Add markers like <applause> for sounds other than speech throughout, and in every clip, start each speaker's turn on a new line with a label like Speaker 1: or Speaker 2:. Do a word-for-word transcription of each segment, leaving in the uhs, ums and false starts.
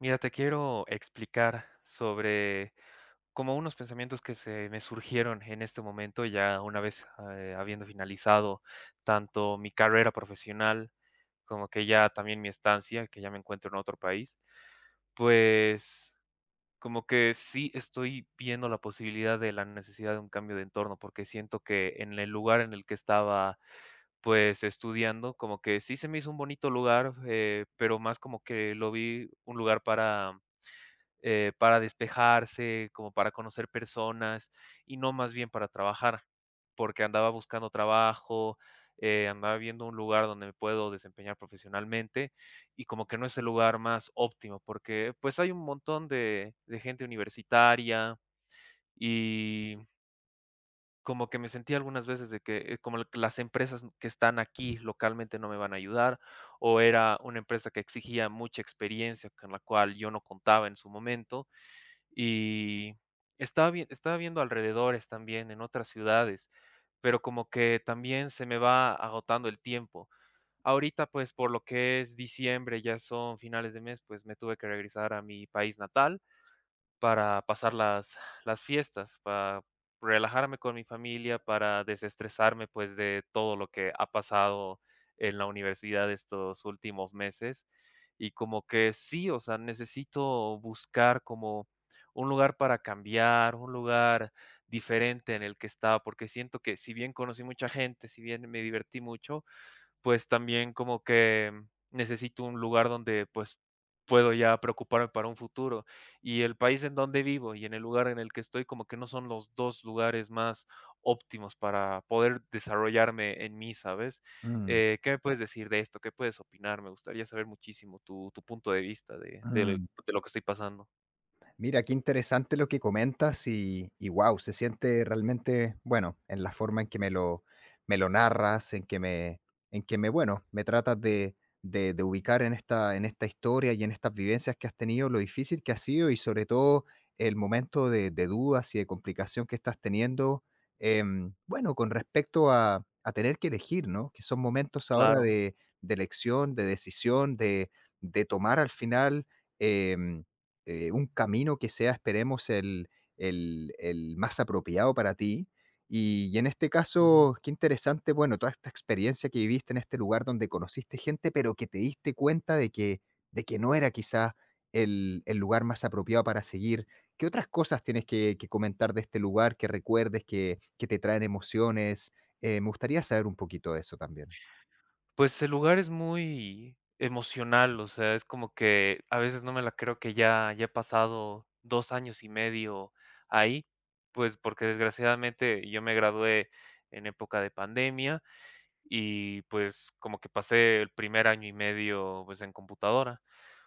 Speaker 1: Mira, te quiero explicar sobre como unos pensamientos que se me surgieron en este momento, ya una vez, eh, habiendo finalizado tanto mi carrera profesional, como que ya también mi estancia, que ya me encuentro en otro país, pues como que sí estoy viendo la posibilidad de la necesidad de un cambio de entorno, porque siento que en el lugar en el que estaba, pues estudiando, como que sí se me hizo un bonito lugar, eh, pero más como que lo vi un lugar para eh, para despejarse, como para conocer personas y no más bien para trabajar, porque andaba buscando trabajo, eh, andaba viendo un lugar donde me puedo desempeñar profesionalmente y como que no es el lugar más óptimo, porque pues hay un montón de, de gente universitaria y como que me sentí algunas veces de que eh, como la- las empresas que están aquí localmente no me van a ayudar o era una empresa que exigía mucha experiencia con la cual yo no contaba en su momento y estaba vi estaba viendo alrededores también en otras ciudades, pero como que también se me va agotando el tiempo. Ahorita, pues, por lo que es diciembre, ya son finales de mes, pues, me tuve que regresar a mi país natal. Para pasar las las fiestas, para relajarme con mi familia, para desestresarme, pues, de todo lo que ha pasado en la universidad estos últimos meses. Y como que sí, o sea, necesito buscar como un lugar para cambiar, un lugar diferente en el que estaba, porque siento que si bien conocí mucha gente, si bien me divertí mucho, pues también como que necesito un lugar donde pues puedo ya preocuparme para un futuro. Y el país en donde vivo y en el lugar en el que estoy como que no son los dos lugares más óptimos para poder desarrollarme en mí, ¿sabes?
Speaker 2: Mm,
Speaker 1: Eh, ¿qué me puedes decir de esto? ¿Qué puedes opinar? Me gustaría saber muchísimo tu tu punto de vista de de
Speaker 2: mm.
Speaker 1: de lo que estoy pasando.
Speaker 2: Mira, qué interesante lo que comentas y, y wow, se siente realmente, bueno, en la forma en que me lo, me lo narras, en que me, en que me, bueno, me tratas de, de, de ubicar en esta, en esta historia y en estas vivencias que has tenido, lo difícil que ha sido y sobre todo el momento de, de dudas y de complicación que estás teniendo, em, bueno, con respecto a, a tener que elegir, ¿no? Que son momentos ahora
Speaker 1: Claro.
Speaker 2: de, de elección, de decisión, de, de tomar al final. em, eh, un camino que sea, esperemos, el, el, el más apropiado para ti. Y, y en este caso, qué interesante, bueno, toda esta experiencia que viviste en este lugar donde conociste gente, pero que te diste cuenta de que, de que no era quizás el, el lugar más apropiado para seguir. ¿Qué otras cosas tienes que, que comentar de este lugar que recuerdes, que, que te traen emociones? Eh, me gustaría saber un poquito de eso también.
Speaker 1: Pues el lugar es muy emocional, o sea, es como que a veces no me la creo que ya ya he pasado dos años y medio ahí, pues, porque desgraciadamente yo me gradué en época de pandemia y, pues, como que pasé el primer año y medio, pues, en computadora,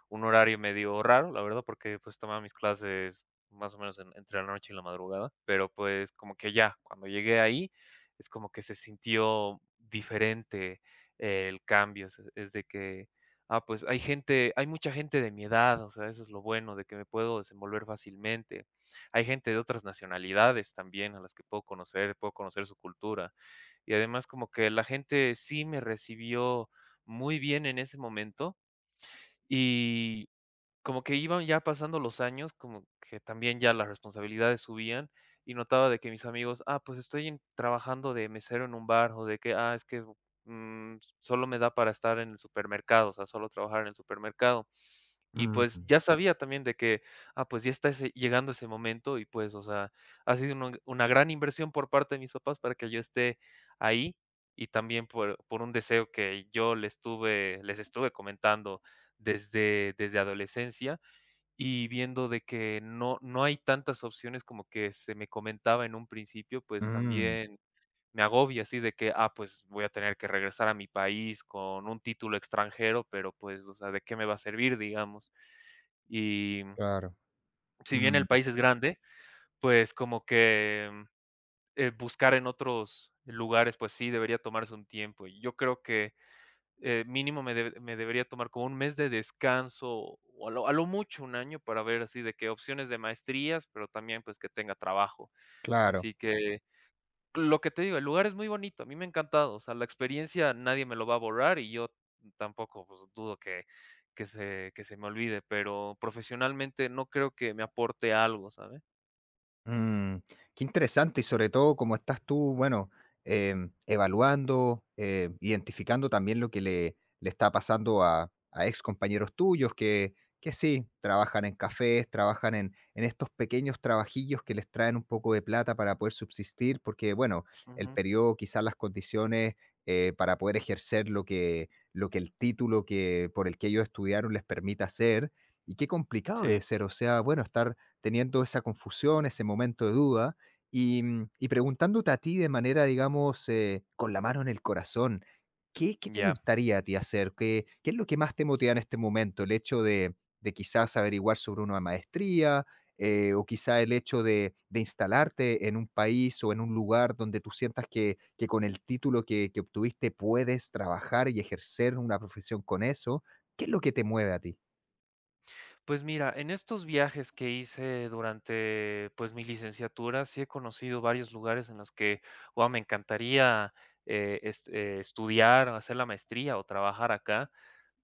Speaker 1: un horario medio raro, la verdad, porque pues tomaba mis clases más o menos en- entre la noche y la madrugada, pero pues como que ya, cuando llegué ahí, es como que se sintió diferente, eh, el cambio, es, es de que, ah, pues hay gente, hay mucha gente de mi edad, o sea, eso es lo bueno, de que me puedo desenvolver fácilmente. Hay gente de otras nacionalidades también a las que puedo conocer, puedo conocer su cultura. Y además como que la gente sí me recibió muy bien en ese momento. Y como que iban ya pasando los años, como que también ya las responsabilidades subían, y notaba de que mis amigos: "Ah, pues estoy en trabajando de mesero en un bar", o de que: "Ah, es que, mm, solo me da para estar en el supermercado, o sea, solo trabajar en el supermercado". Y, pues,
Speaker 2: Mm,
Speaker 1: ya sabía también de que: "Ah, pues ya está ese llegando ese momento", y, pues, o sea, ha sido una una gran inversión por parte de mis papás para que yo esté ahí, y también por por un deseo que yo les tuve les estuve comentando desde desde adolescencia, y viendo de que no no hay tantas opciones como que se me comentaba en un principio, pues
Speaker 2: mm,
Speaker 1: también me agobia así de que, ah, pues voy a tener que regresar a mi país con un título extranjero, pero pues, o sea, ¿de qué me va a servir, digamos? Y
Speaker 2: claro,
Speaker 1: si bien
Speaker 2: mm,
Speaker 1: el país es grande, pues como que, eh, buscar en otros lugares, pues sí, debería tomarse un tiempo. Y yo creo que eh, mínimo me debe me debería tomar como un mes de descanso, o a lo a lo mucho un año para ver así de qué opciones de maestrías, pero también, pues, que tenga trabajo.
Speaker 2: claro.
Speaker 1: Así que, lo que te digo, el lugar es muy bonito, a mí me ha encantado, o sea, la experiencia nadie me lo va a borrar y yo tampoco, pues, dudo que que se que se me olvide, pero profesionalmente no creo que me aporte algo, ¿sabe?
Speaker 2: Mm, qué interesante y sobre todo cómo estás tú, bueno, em, evaluando, eh, identificando también lo que le, le está pasando a, a ex compañeros tuyos que, que sí, trabajan en cafés, trabajan en, en estos pequeños trabajillos que les traen un poco de plata para poder subsistir, porque bueno, el
Speaker 1: Ujú.
Speaker 2: periodo, quizás las condiciones eh, para poder ejercer lo que, lo que el título que, por el que ellos estudiaron les permita hacer. Y qué complicado
Speaker 1: Sí,
Speaker 2: debe ser, o sea, bueno, estar teniendo esa confusión, ese momento de duda, y, mm, y preguntándote a ti de manera, digamos, eh, con la mano en el corazón, ¿qué, qué te
Speaker 1: ya.
Speaker 2: gustaría a ti hacer? ¿Qué, qué es lo que más te motiva en este momento? ¿El hecho de, de quizás averiguar sobre una maestría? Eh, o quizá el hecho de, de instalarte en un país o en un lugar donde tú sientas que, que con el título que, que obtuviste puedes trabajar y ejercer una profesión con eso, ¿qué es lo que te mueve a ti?
Speaker 1: Pues mira, en estos viajes que hice durante, pues, mi licenciatura, sí he conocido varios lugares en los que, guau, me encantaría, eh, est eh, estudiar, hacer la maestría o trabajar acá.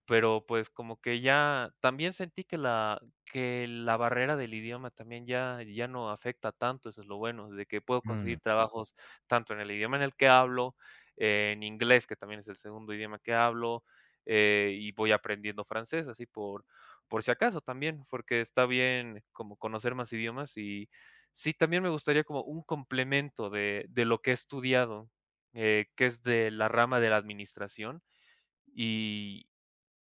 Speaker 1: Pero, pues, como que ya también sentí que la que la barrera del idioma también ya ya no afecta tanto, eso es lo bueno, de que puedo
Speaker 2: Mm,
Speaker 1: conseguir trabajos tanto en el idioma en el que hablo, eh, en inglés, que también es el segundo idioma que hablo, eh, y voy aprendiendo francés, así por por si acaso también, porque está bien como conocer más idiomas y sí, también me gustaría como un complemento de de lo que he estudiado, eh, que es de la rama de la administración, y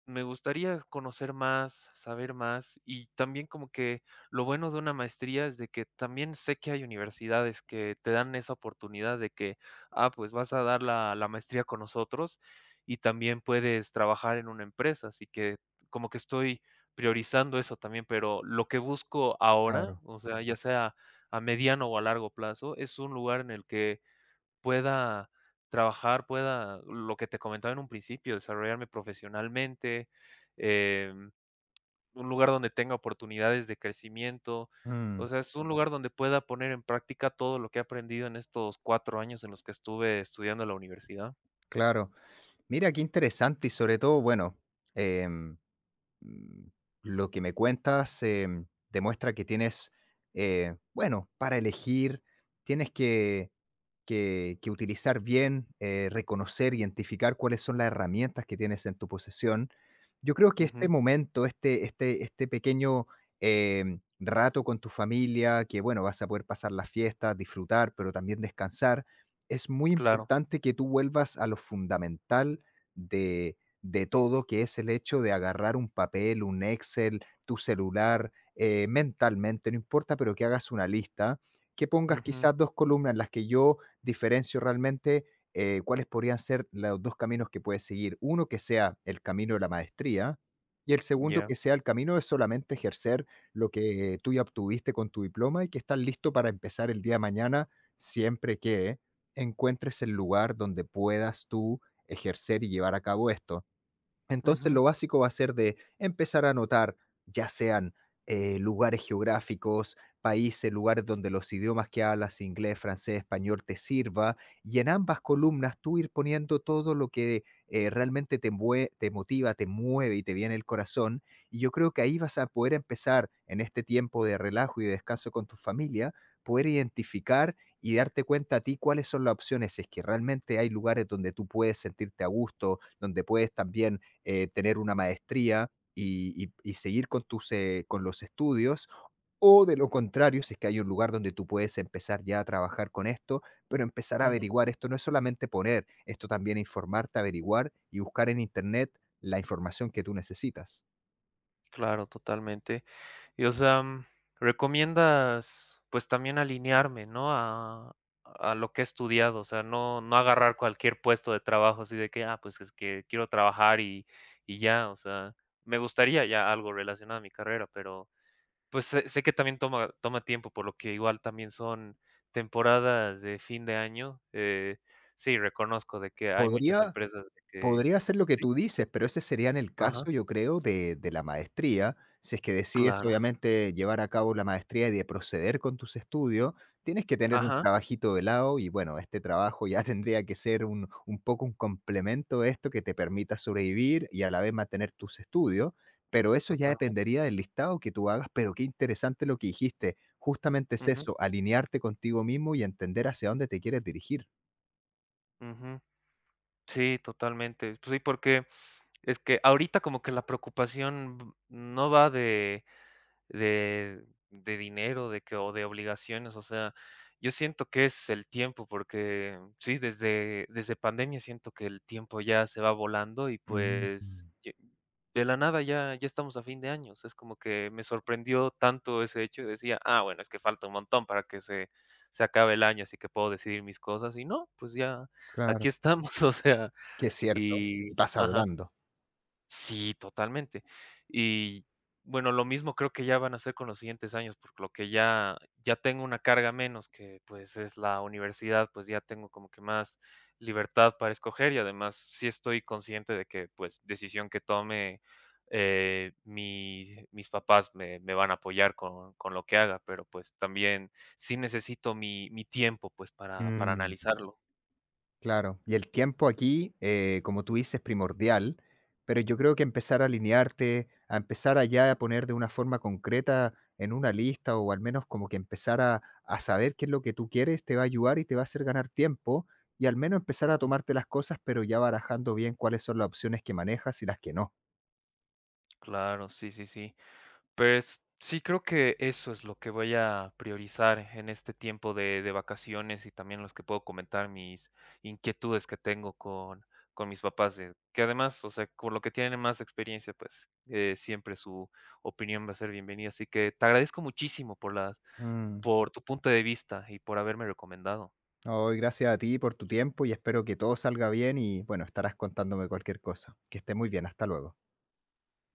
Speaker 1: me gustaría conocer más, saber más y también como que lo bueno de una maestría es de que también sé que hay universidades que te dan esa oportunidad de que, ah, pues vas a dar la, la maestría con nosotros y también puedes trabajar en una empresa, así que como que estoy priorizando eso también, pero lo que busco ahora,
Speaker 2: claro,
Speaker 1: o sea, ya sea a mediano o a largo plazo, es un lugar en el que pueda trabajar, pueda, lo que te comentaba en un principio, desarrollarme profesionalmente, em, un lugar donde tenga oportunidades de crecimiento.
Speaker 2: mm,
Speaker 1: O sea, es un lugar donde pueda poner en práctica todo lo que he aprendido en estos cuatro años en los que estuve estudiando en la universidad.
Speaker 2: claro. Mira, qué interesante y sobre todo, bueno, em, mm. Lo que me cuentas em, demuestra que tienes, eh, bueno, para elegir, tienes que, que, que utilizar bien, eh, reconocer, identificar cuáles son las herramientas que tienes en tu posesión. Yo creo que este
Speaker 1: Ujú,
Speaker 2: momento, este, este, este pequeño eh, rato con tu familia, que bueno, vas a poder pasar las fiestas, disfrutar, pero también descansar, es muy
Speaker 1: claro,
Speaker 2: importante que tú vuelvas a lo fundamental de todo, que es el hecho de agarrar un papel, un Excel, tu celular, eh, mentalmente, no importa, pero que hagas una lista, que pongas
Speaker 1: ujú.
Speaker 2: quizás dos columnas en las que yo diferencio realmente eh, cuáles podrían ser los dos caminos que puedes seguir. Uno que sea el camino de la maestría y el segundo
Speaker 1: Ya,
Speaker 2: que sea el camino de solamente ejercer lo que tú ya obtuviste con tu diploma y que estás listo para empezar el día de mañana siempre que encuentres el lugar donde puedas tú ejercer y llevar a cabo esto. Entonces,
Speaker 1: ujú,
Speaker 2: lo básico va a ser de empezar a anotar, ya sean, eh, lugares geográficos, países, lugares donde los idiomas que hablas, inglés, francés, español, te sirva, y en ambas columnas tú ir poniendo todo lo que, eh, realmente te mue te motiva, te mueve y te viene el corazón, y yo creo que ahí vas a poder empezar, en este tiempo de relajo y de descanso con tu familia, poder identificar y darte cuenta a ti cuáles son las opciones, si es que realmente hay lugares donde tú puedes sentirte a gusto, donde puedes también eh, tener una maestría y, y- y seguir con, tus, eh, con los estudios, o de lo contrario, si es que hay un lugar donde tú puedes empezar ya a trabajar con esto, pero empezar a
Speaker 1: ujú,
Speaker 2: averiguar, esto no es solamente poner, esto también es informarte, averiguar y buscar en Internet la información que tú necesitas.
Speaker 1: claro, totalmente. Y, o sea, mm, recomiendas, pues, también alinearme, ¿no?, a a lo que he estudiado, o sea, no no agarrar cualquier puesto de trabajo así de que, ah, pues, es que quiero trabajar y y ya, o sea, me gustaría ya algo relacionado a mi carrera, pero, pues, sé sé que también toma toma tiempo, por lo que igual también son temporadas de fin de año, eh, sí, reconozco de que hay muchas
Speaker 2: ¿Podría,
Speaker 1: empresas de que
Speaker 2: Podría ser lo que
Speaker 1: sí,
Speaker 2: tú dices, pero ese sería en el
Speaker 1: ajá,
Speaker 2: caso, yo creo, de de la maestría? Si es que decides,
Speaker 1: claro,
Speaker 2: obviamente, llevar a cabo la maestría y de proceder con tus estudios, tienes que tener un
Speaker 1: ajá.
Speaker 2: trabajito de lado y, bueno, este trabajo ya <laughs> tendría que ser un un poco un complemento a esto que te permita sobrevivir y a la vez mantener tus estudios, pero eso ya
Speaker 1: Totalmente.
Speaker 2: dependería del listado que tú hagas, pero qué interesante lo que dijiste. Justamente es
Speaker 1: Ujú,
Speaker 2: eso, alinearte contigo mismo y entender hacia dónde te quieres dirigir.
Speaker 1: ujú. Sí, totalmente. Pues sí, porque es que ahorita como que la preocupación no va de de de dinero, de que o de obligaciones, o sea, yo siento que es el tiempo, porque sí, desde desde pandemia siento que el tiempo ya se va volando y,
Speaker 2: Mm,
Speaker 1: pues, ye de la nada ya ya estamos a fin de años, es como que me sorprendió tanto ese hecho y decía: "Ah, bueno, es que falta un montón para que se se acabe el año, así que puedo decidir mis cosas", y no, pues ya
Speaker 2: claro.
Speaker 1: aquí estamos, <laughs> o sea,
Speaker 2: Que es cierto,
Speaker 1: y
Speaker 2: y pasa
Speaker 1: ajá.
Speaker 2: volando.
Speaker 1: Sí, totalmente. Y bueno, lo mismo creo que ya van a hacer con los siguientes años, por lo que ya ya tengo una carga menos que, pues, es la universidad, pues, ya tengo como que más libertad para escoger y además sí estoy consciente de que, pues, decisión que tome, eh, mi mis papás me me van a apoyar con con lo que haga, pero, pues, también sí necesito mi mi tiempo, pues, para para
Speaker 2: Mm,
Speaker 1: analizarlo.
Speaker 2: claro. Y el tiempo aquí, eh, como tú dices, es primordial, pero yo creo que empezar a alinearte, a empezar allá a poner de una forma concreta en una lista o al menos como que empezar a, a saber qué es lo que tú quieres, te va a ayudar y te va a hacer ganar tiempo y al menos empezar a
Speaker 1: Ujú.
Speaker 2: tomarte las cosas, pero ya barajando bien cuáles son las opciones que manejas y las que no.
Speaker 1: Claro, sí, sí, sí. Pues, sí creo que eso es lo que voy a priorizar en este tiempo de de vacaciones y también los que puedo comentar mis inquietudes que tengo con con mis papás, eh, que además, o sea, por lo que tienen más experiencia, pues, eh, siempre su opinión va a ser bienvenida. Así que te agradezco muchísimo por las
Speaker 2: Mm.
Speaker 1: por tu punto de vista y por haberme recomendado.
Speaker 2: Hoy gracias a ti por tu tiempo y espero que todo salga bien y bueno, estarás contándome cualquier cosa. Que esté muy bien, hasta luego.